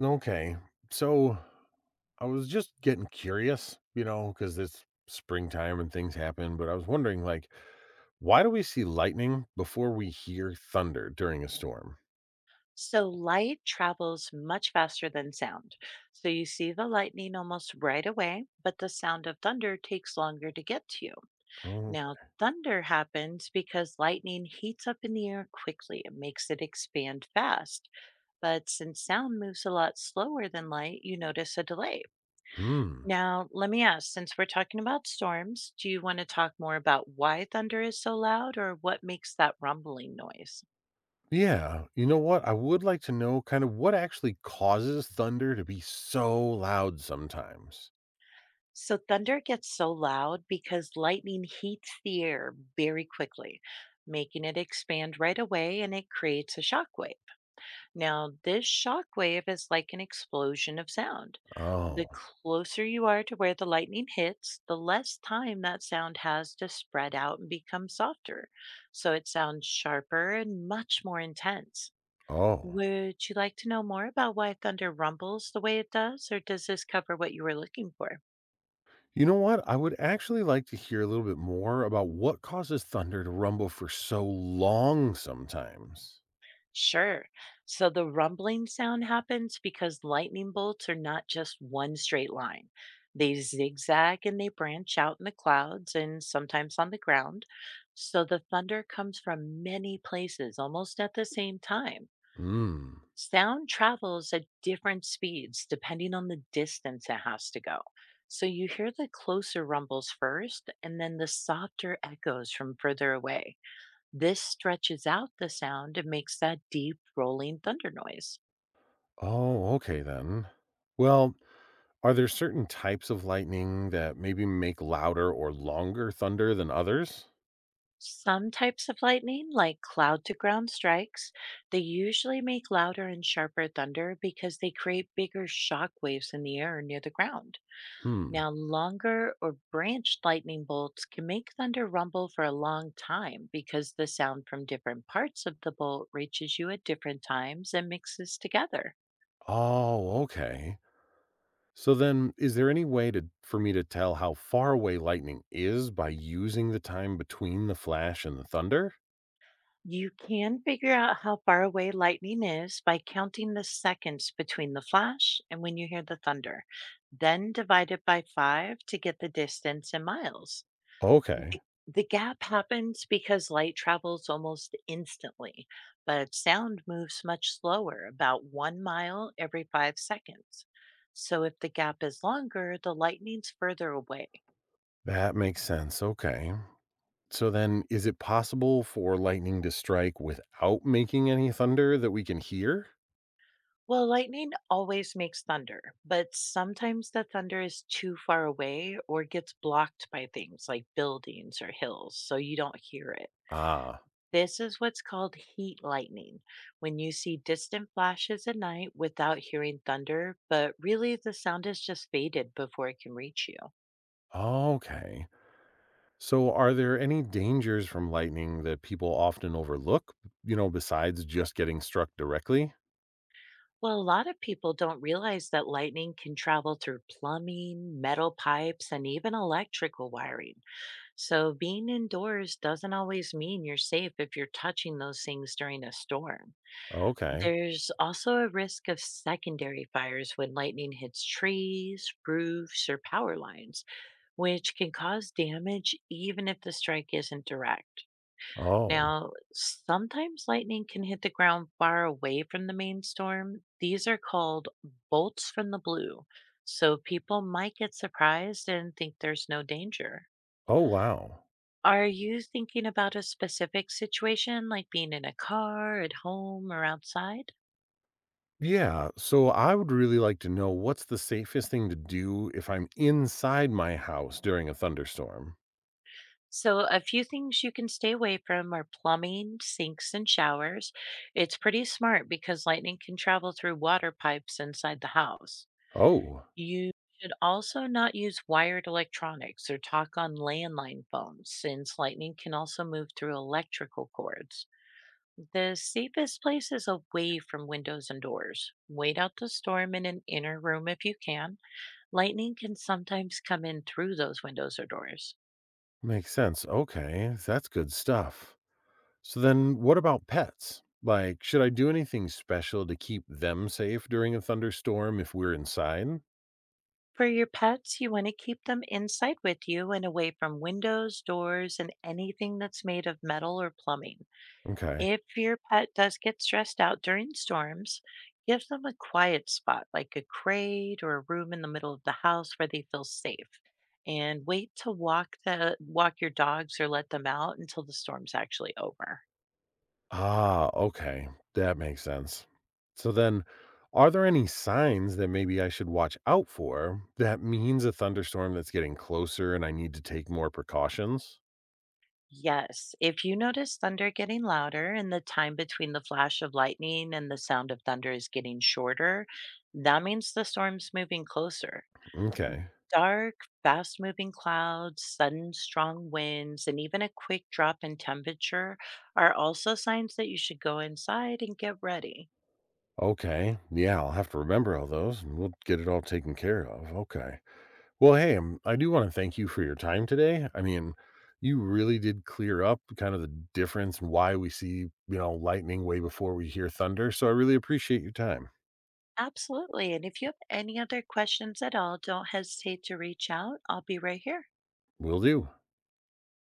Okay. So I was just getting curious, you know, because it's springtime and things happen, but I was wondering, like, why do we see lightning before we hear thunder during a storm? So light travels much faster than sound. So you see the lightning almost right away, but the sound of thunder takes longer to get to you. Okay. Now, thunder happens because lightning heats up in the air quickly and makes it expand fast. But since sound moves a lot slower than light, you notice a delay. Hmm. Now, let me ask since we're talking about storms, do you want to talk more about why thunder is so loud or what makes that rumbling noise? Yeah. You know what? I would like to know kind of what actually causes thunder to be so loud sometimes. So thunder gets so loud because lightning heats the air very quickly, making it expand right away and it creates a shock wave. Now, this shock wave is like an explosion of sound. The Oh. closer you are to where the lightning hits, the less time that sound has to spread out and become softer. So it sounds sharper and much more intense. Oh. Would you like to know more about why thunder rumbles the way it does, or does this cover what you were looking for? You know what? I would actually like to hear a little bit more about what causes thunder to rumble for so long sometimes. Sure. So the rumbling sound happens because lightning bolts are not just one straight line. They zigzag and they branch out in the clouds and sometimes on the ground. So the thunder comes from many places almost at the same time. Hmm. Sound travels at different speeds depending on the distance it has to go. So you hear the closer rumbles first and then the softer echoes from further away. This stretches out the sound and makes that deep rolling thunder noise. Oh, okay then. Well, are there certain types of lightning that maybe make louder or longer thunder than others? Some types of lightning, like cloud to ground strikes, they usually make louder and sharper thunder because they create bigger shock waves in the air near the ground. Hmm. Now, longer or branched lightning bolts can make thunder rumble for a long time because the sound from different parts of the bolt reaches you at different times and mixes together. Oh, okay. So then is there any way to for me to tell how far away lightning is by using the time between the flash and the thunder? You can figure out how far away lightning is by counting the seconds between the flash and when you hear the thunder. Then divide it by five to get the distance in miles. Okay. The gap happens because light travels almost instantly, but sound moves much slower, about 1 mile every 5 seconds. So if the gap is longer, the lightning's further away. That makes sense. Okay. So then is it possible for lightning to strike without making any thunder that we can hear? Well, lightning always makes thunder, but sometimes the thunder is too far away or gets blocked by things like buildings or hills, so you don't hear it. Ah. This is what's called heat lightning, when you see distant flashes at night without hearing thunder, but really the sound is just faded before it can reach you. Okay. So, are there any dangers from lightning that people often overlook, you know, besides just getting struck directly? Well, a lot of people don't realize that lightning can travel through plumbing, metal pipes, and even electrical wiring. So, being indoors doesn't always mean you're safe if you're touching those things during a storm. Okay. There's also a risk of secondary fires when lightning hits trees, roofs, or power lines, which can cause damage even if the strike isn't direct. Oh. Now, sometimes lightning can hit the ground far away from the main storm. These are called bolts from the blue. So people might get surprised and think there's no danger. Oh, wow. Are you thinking about a specific situation, like being in a car, at home, or outside? Yeah. So, I would really like to know what's the safest thing to do if I'm inside my house during a thunderstorm? So, a few things you can stay away from are plumbing, sinks, and showers. It's pretty smart because lightning can travel through water pipes inside the house. Oh, You should also not use wired electronics or talk on landline phones, since lightning can also move through electrical cords. The safest place is away from windows and doors. Wait out the storm in an inner room if you can. Lightning can sometimes come in through those windows or doors. makes sense. Okay. That's good stuff. So, then what about pets? Like, should I do anything special to keep them safe during a thunderstorm if we're inside? For your pets, you want to keep them inside with you and away from windows, doors, and anything that's made of metal or plumbing. Okay. If your pet does get stressed out during storms, give them a quiet spot like a crate or a room in the middle of the house where they feel safe. And wait to walk the walk your dogs or let them out until the storm's actually over. Ah, okay. That makes sense. So then, are there any signs that maybe I should watch out for that means a thunderstorm that's getting closer and I need to take more precautions? Yes, if you notice thunder getting louder and the time between the flash of lightning and the sound of thunder is getting shorter, that means the storm's moving closer. Okay. Dark, fast moving clouds, sudden strong winds, and even a quick drop in temperature are also signs that you should go inside and get ready. Okay. Yeah, I'll have to remember all those and we'll get it all taken care of. Okay. Well, hey, I do want to thank you for your time today. I mean, you really did clear up kind of the difference and why we see, you know, lightning way before we hear thunder. So I really appreciate your time. Absolutely. And if you have any other questions at all, don't hesitate to reach out. I'll be right here. Will do.